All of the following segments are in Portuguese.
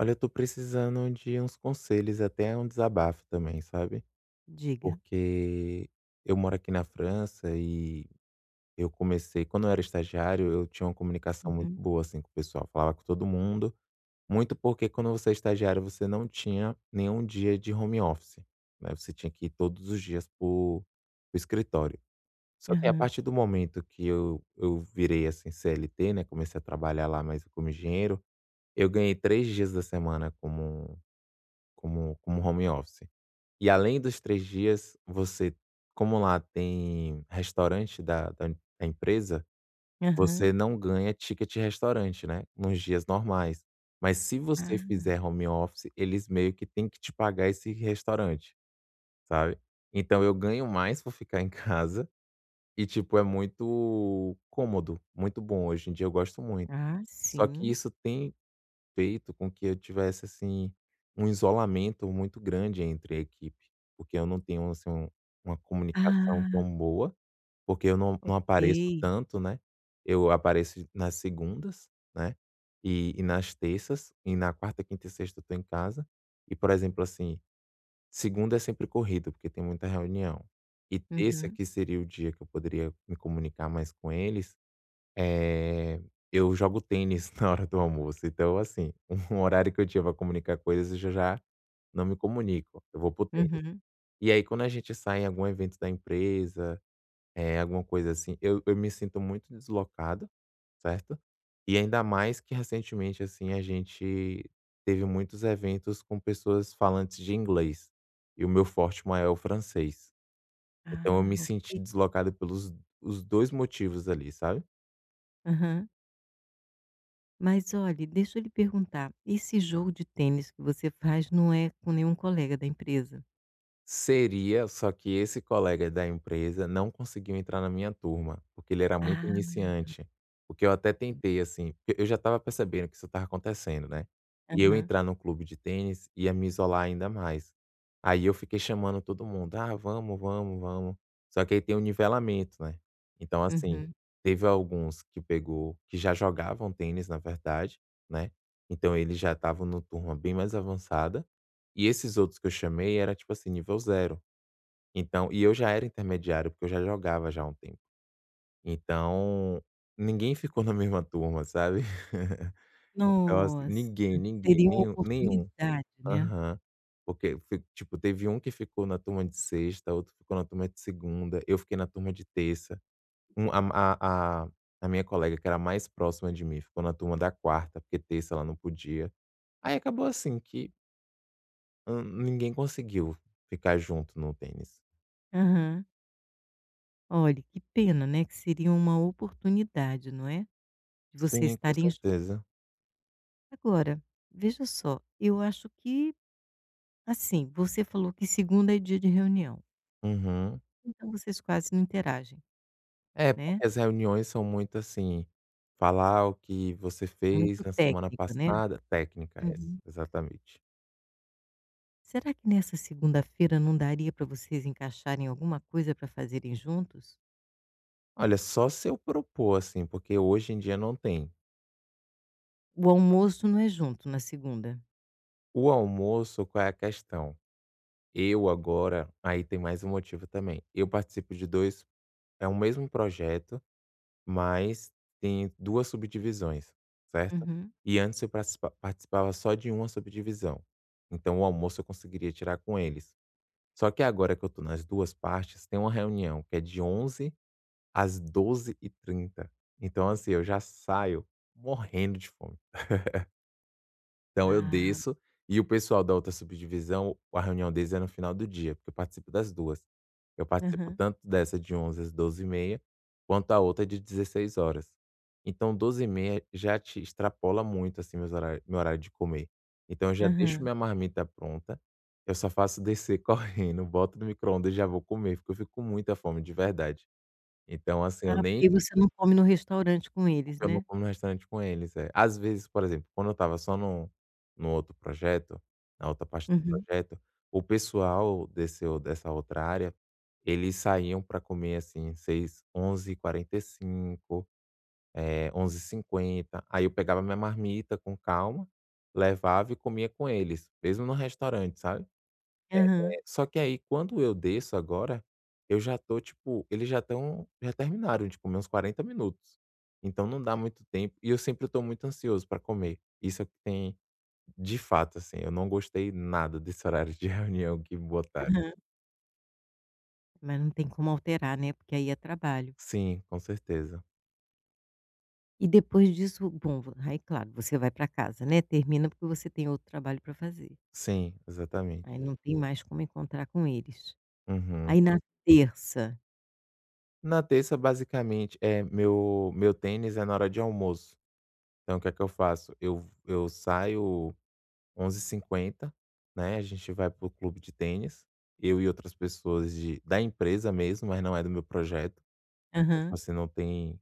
Olha, eu tô precisando de uns conselhos, até um desabafo também, sabe? Diga. Porque eu moro aqui na França e eu comecei, quando eu era estagiário, eu tinha uma comunicação muito Uhum. boa assim com o pessoal, falava com todo mundo, muito porque quando você é estagiário, você não tinha nenhum dia de home office, né? Você tinha que ir todos os dias pro, escritório. Só que a Aham. partir do momento que eu virei assim CLT, né? Comecei a trabalhar lá mais como engenheiro, eu ganhei 3 dias da semana como como home office. E além dos 3 dias, você como lá tem restaurante da empresa, você Aham. não ganha ticket restaurante, né, nos dias normais. Mas se você Ah. fizer home office, eles meio que têm que te pagar esse restaurante, sabe. Então eu ganho mais por ficar em casa e, tipo, é muito cômodo, muito bom. Hoje em dia eu gosto muito. Ah, Só que sim. isso tem feito com que eu tivesse, assim, um isolamento muito grande entre a equipe, porque eu não tenho, assim, uma comunicação Ah, tão boa, porque eu não apareço ok. tanto, né, eu apareço nas segundas, né, e nas terças, e na quarta, quinta e sexta eu tô em casa, e, por exemplo, assim, segunda é sempre corrido, porque tem muita reunião, e terça, Uhum, que seria o dia que eu poderia me comunicar mais com eles, eh, eu jogo tênis na hora do almoço, então assim, um horário que eu tinha pra comunicar coisas, eu já não me comunico, eu vou para o tênis. uhum. E aí quando a gente sai em algum evento da empresa, é alguma coisa assim, eu me sinto muito deslocado, certo? E ainda mais que recentemente, assim, a gente teve muitos eventos com pessoas falantes de inglês, e o meu forte maior é o francês. Então eu Ah, me senti ok. deslocado pelos os 2 motivos ali, sabe? Aham. Mas olhe, deixa eu lhe perguntar, esse jogo de tênis que você faz não é com nenhum colega da empresa? Seria, só que esse colega da empresa não conseguiu entrar na minha turma, porque ele era muito Ah. iniciante. Porque eu até tentei, assim, porque eu já estava percebendo que isso estava acontecendo, né? E eu Aham, entrar no clube de tênis ia me isolar ainda mais. Aí eu fiquei chamando todo mundo, ah, vamos, vamos, vamos. Só que aí tem o nivelamento, né? Então, assim, uhum. teve alguns que pegou, que já jogavam tênis, na verdade, né? Então eles já estavam no turma bem mais avançada. E esses outros que eu chamei era, tipo assim, nível zero. Então e eu já era intermediário, porque eu já jogava já há um tempo. Então, ninguém ficou na mesma turma, sabe. Então assim, Nossa, ninguém, ninguém, seria uma nenhum nenhum. oportunidade, né. Aham. Porque fi tipo, teve um que ficou na turma de sexta, outro ficou na turma de segunda, eu fiquei na turma de terça. Um a a a a minha colega que era mais próxima de mim ficou na turma da quarta, porque terça ela não podia. Aí acabou assim que, ninguém conseguiu ficar junto no tênis. Aham. Olhe, que pena, né, que seria uma oportunidade, não é, de vocês Sim, com estarem juntos. certeza. Agora, veja só, eu acho que, assim, você falou que segunda é dia de reunião, Uhum. então vocês quase não interagem, É, né, porque as reuniões são muito assim, falar o que você fez muito na semana técnica, né. passada técnica, essa, Uhum. exatamente. Será que nessa segunda-feira não daria para vocês encaixarem alguma coisa para fazerem juntos? Olha, só se eu propor, assim, porque hoje em dia não tem. O almoço não é junto na segunda? O almoço, qual é a questão? Eu agora, aí tem mais um motivo também. Eu participo de dois, é o mesmo projeto, mas tem duas subdivisões, certo? Uhum. E antes eu participava só de uma subdivisão. Então o almoço eu conseguiria tirar com eles. Só que agora que eu tô nas 2 partes, tem uma reunião que é de onze às doze e trinta. Então, assim, eu já saio morrendo de fome. Então eu Ah, desço e o pessoal da outra subdivisão, a reunião deles é no final do dia, porque eu participo das 2. Eu participo aham, tanto dessa de 11h às 12h30, quanto a outra é de 16 horas. Então 12h30 já te extrapola muito, assim, meu horário de comer. Então eu já deixo aham. minha marmita pronta, eu só faço descer correndo, boto no micro-ondas e já vou comer, porque eu fico com muita fome, de verdade. Então, assim, eu Ah, nem porque aí você não come no restaurante com eles, porque eu não né. como no restaurante com eles, é. Às vezes, por exemplo, quando eu estava só no outro projeto, na outra parte do Uhum. projeto, o pessoal desse ou dessa outra área, eles saíam para comer, assim, seis 11h45, onze h 50 aí eu pegava minha marmita com calma, levava e comia com eles, mesmo no restaurante, sabe? Aham, Só que aí quando eu desço agora, eu já tô tipo, eles já terminaram de comer uns 40 minutos. Então não dá muito tempo e eu sempre tô muito ansioso para comer. Isso é o que tem de fato assim, eu não gostei nada desse horário de reunião que me botaram. aham. Mas não tem como alterar, né, porque aí é trabalho. Sim, com certeza. E depois disso, bom, vo aí claro, você vai para casa, né, termina porque você tem outro trabalho para fazer, Sim, exatamente. aí não tem mais como encontrar com eles. Uhum. Aí na terça Na terça basicamente, é meu tênis é na hora de almoço. Então o que é que eu faço? Eu saio onze h 50 né, a gente vai pro clube de tênis, eu e outras pessoas de da empresa mesmo, mas não é do meu projeto, então, tipo aham, assim, não tem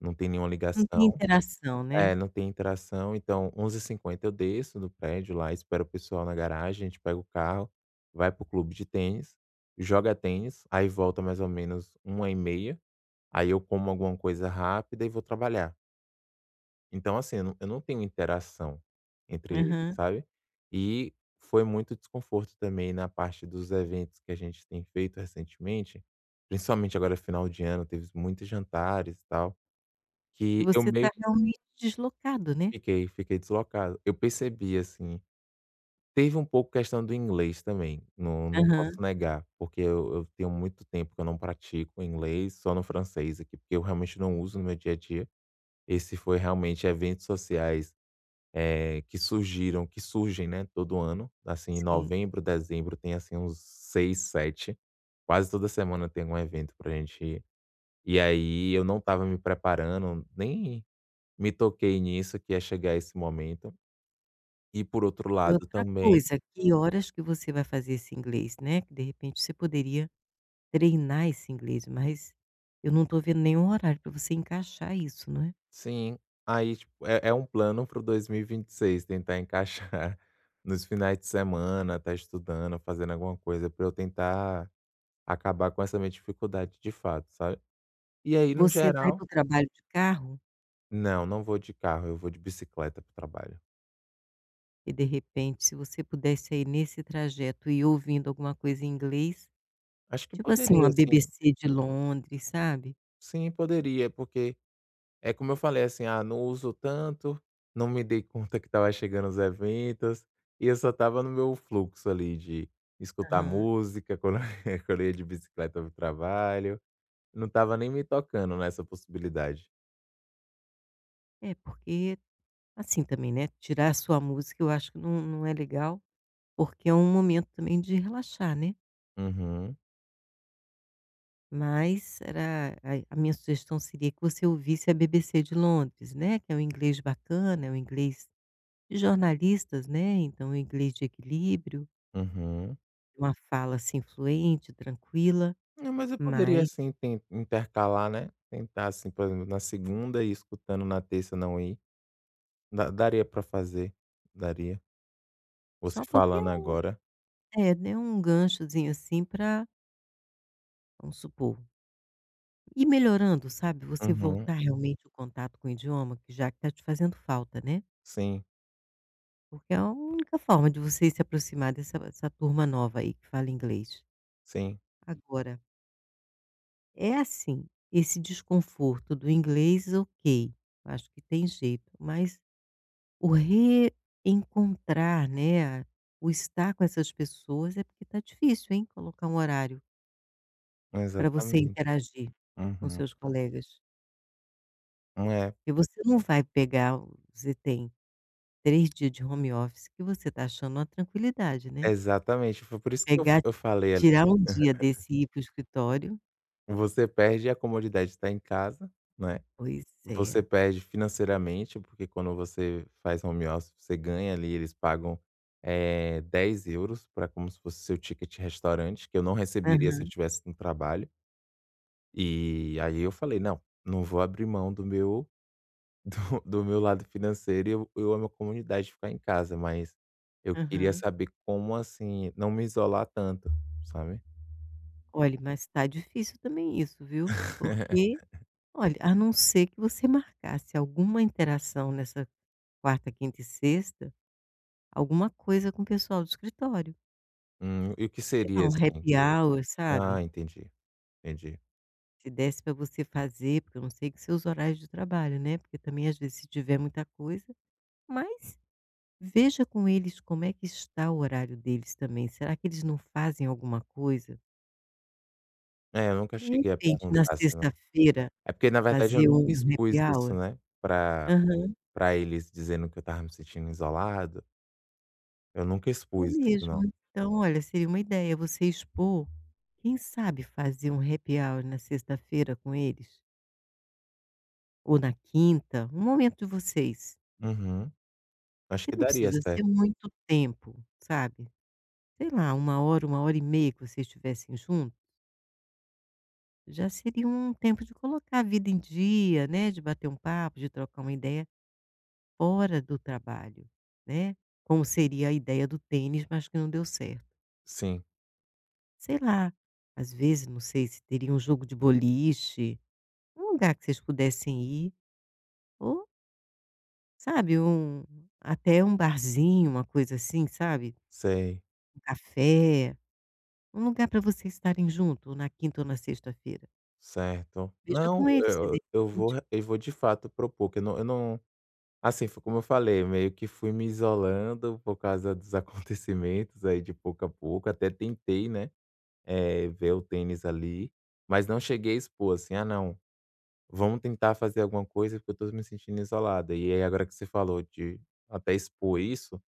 não tem nenhuma não tem ligação interação, né. é, não tem interação, então onze h 50 eu desço do prédio lá, espero o pessoal na garagem, a gente pega o carro, vai pro clube de tênis, joga tênis, aí volta mais ou menos uma e meia, aí eu como alguma coisa rápida e vou trabalhar. Então, assim, eu não tenho interação entre eles, Aham. sabe. E foi muito desconforto também na parte dos eventos que a gente tem feito recentemente, principalmente agora final de ano, teve muitos jantares e tal, E que eu você meio está que realmente deslocado, né. fiquei deslocado. Eu percebi, assim teve um pouco questão do inglês também, não Aham, posso negar, porque eu tenho muito tempo que eu não pratico inglês, só no francês aqui, porque eu realmente não uso no meu dia a dia. Esse foi realmente eventos sociais que surgem, né, todo ano, assim, em sim. novembro, dezembro tem, assim, uns 6, sete. Quase toda semana tem algum evento pra gente ir. E aí eu não estava me preparando, nem me toquei nisso que ia chegar esse momento. E por outro E lado outra também coisa, que horas que você vai fazer esse inglês, né, que de repente você poderia treinar esse inglês, mas eu não estou vendo nenhum horário para você encaixar isso, não é. sim, aí tipo, é um plano para o 2026 tentar encaixar nos finais de semana, estar estudando, fazendo alguma coisa pra eu tentar acabar com essa minha dificuldade de fato, sabe. E aí no Você vai para geral. o trabalho de carro? Não, não vou de carro, eu vou de bicicleta para o trabalho. E de repente, se você pudesse aí nesse trajeto ir ouvindo alguma coisa em inglês, Acho que tipo assim, é, poderia uma sim. BBC de Londres, sabe. Sim, poderia, porque é como eu falei, assim: "Ah, não uso tanto, não me dei conta que tava chegando os eventos", e eu só estava no meu fluxo ali de escutar Aham. música quando quando eu ia de bicicleta para o trabalho, não tava nem me tocando nessa possibilidade. É, porque assim também, né, tirar a sua música eu acho que não é legal, porque é um momento também de relaxar, né. Uhum, Mas era a minha sugestão seria que você ouvisse a BBC de Londres, né, que é um inglês bacana, é um inglês de jornalistas, né, então é um inglês de equilíbrio, uhum. uma fala assim fluente, tranquila, Não, mas eu poderia mas assim ten intercalar, né, tentar assim, por exemplo, na segunda e escutando, na terça não ir. Da daria pra fazer, daria. Você só porque é falando um agora. é, né, um ganchozinho, assim, para, vamos supor, ir melhorando, sabe, você Uhum. voltar realmente o contato com o idioma, que já que tá te fazendo falta, né, Sim, porque é a única forma de você se aproximar dessa essa turma nova aí que fala inglês. sim, Agora, é assim, esse desconforto do inglês, ok, eu acho que tem jeito, mas o reencontrar, né, o estar com essas pessoas é porque tá difícil, hein, colocar um horário para você exatamente. interagir com Uhum. seus colegas. É, E você não vai pegar o você tem 3 dias de home office que você está achando uma tranquilidade, né. exatamente, foi por isso que eu Pegar, eu falei ali, tirar um dia desse e ir para o escritório. você perde a comodidade de estar em casa, né, Pois você é. perde financeiramente, porque quando você faz home office você ganha ali, eles pagam, 10 euros pra como se fosse seu ticket restaurante, que eu não receberia se eu Aham, estivesse no trabalho. E aí eu falei: "Não, não vou abrir mão do meu do do meu lado financeiro e eu amo a comunidade de ficar em casa, mas eu queria aham. saber como, assim, não me isolar tanto, sabe?" Olhe, mas tá difícil também isso, viu. Porque, olha, a não ser que você marcasse alguma interação nessa quarta, quinta e sexta, alguma coisa com o pessoal do escritório. E o que Sei lá, seria, um assim? happy hour, Ah, sabe. entendi, entendi. Se desse para você fazer, porque eu não sei que seus horários de trabalho, né, porque também às vezes se tiver muita coisa, mas veja com eles como é que está o horário deles também, será que eles não fazem alguma coisa? É, eu nunca De cheguei a repente na perguntar se não sexta-feira é porque, na verdade, eu fazer nunca um expus happy isso, hour? né, pra Aham, pra eles, dizendo que eu estava me sentindo isolado. Eu nunca é expus isso mesmo. não. Então olha, seria uma ideia você expor, quem sabe fazer um happy hour na sexta-feira com eles? Ou na quinta, um momento de vocês, Uhum. Acho que que não daria precisa ser certo. muito tempo, sabe? Sei lá, uma hora e meia que vocês estivessem juntos, já seria um tempo de colocar a vida em dia, né, de bater um papo, de trocar uma ideia fora do trabalho, né, como seria a ideia do tênis, mas que não deu certo. Sim, Sei lá, às vezes, não sei se teria um jogo de boliche, um lugar que vocês pudessem ir ou, sabe, um até um barzinho, uma coisa assim, sabe, sei, um café, um lugar para vocês estarem junto na quinta ou na sexta-feira. certo. Veja Não, com eles se eu de eu vou repente... eu vou de fato propor que eu não. Assim, foi como eu falei, meio que fui me isolando por causa dos acontecimentos aí de pouco a pouco, até tentei, né, ver o tênis ali, mas não cheguei a expor assim: "Ah não, vamos tentar fazer alguma coisa porque eu tô me sentindo isolada". E aí agora que você falou de até expor isso,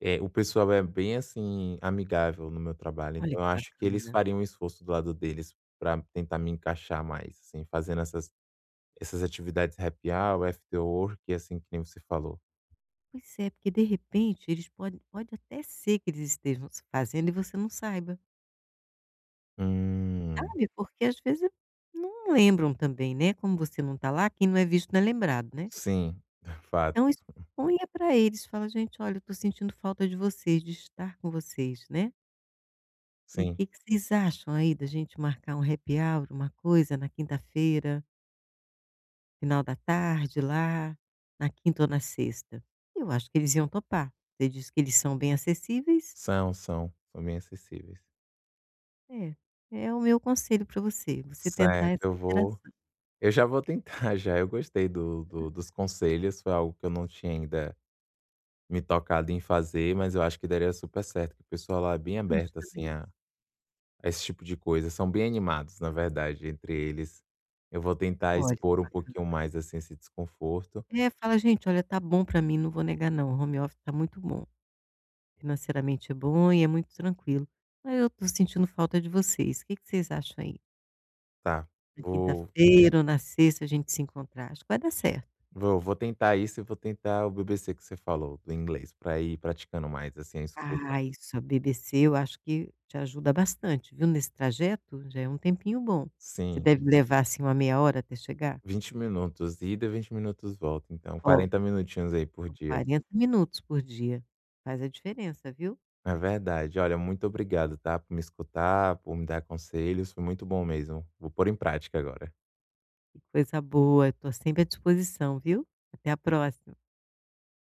o pessoal é bem, assim, amigável no meu trabalho, Olha então que eu acho que eles bacana. fariam um esforço do lado deles para tentar me encaixar mais, assim, fazendo essas atividades happy hour, after work, assim, que nem você falou. Pois é, porque de repente eles podem, pode até ser que eles estejam se fazendo e você não saiba, Hum, sabe, porque às vezes não lembram também, né, como você não está lá, quem não é visto não é lembrado, né. sim, fato, Então exponha para eles, fala: "Gente, olha, eu estou sentindo falta de vocês, de estar com vocês, né, e o sim. que que vocês acham aí da gente marcar um happy hour, uma coisa na quinta-feira, final da tarde lá, na quinta ou na sexta?". Eu acho que eles iam topar, você disse que eles são bem acessíveis. São, são, são bem acessíveis. É, é o meu conselho para você, você tentar Certo, essa eu vou interação. eu já vou tentar já, eu gostei do do dos conselhos, foi algo que eu não tinha ainda me tocado em fazer, mas eu acho que daria super certo, que o pessoal lá é bem Acho aberto, assim, também. a esse tipo de coisa, são bem animados, na verdade, entre eles. Eu vou tentar Olha, expor um pouquinho mais, assim, esse desconforto. é, fala: "Gente, olha, tá bom para mim, não vou negar não, o home office tá muito bom, financeiramente é bom e é muito tranquilo, mas eu tô sentindo falta de vocês. O que que vocês acham aí? Tá, Na vou quinta-feira ou na sexta a gente se encontrar, acho que vai dar certo". vou tentar isso e vou tentar o BBC que você falou, do inglês, para ir praticando mais, assim, a escuta. Ah, isso, a BBC eu acho que te ajuda bastante, viu, nesse trajeto, já é um tempinho bom. Você Sim, deve levar, assim, uma meia hora até chegar. 20 minutos ida, 20 minutos volta, então Ó, 40 minutinhos aí por são dia. 40 minutos por dia. Faz a diferença, viu. É verdade. Olha, muito obrigado, tá, por me escutar, por me dar conselhos, foi muito bom mesmo. Vou pôr em prática agora. Que coisa boa, estou sempre à disposição, viu. Até a próxima.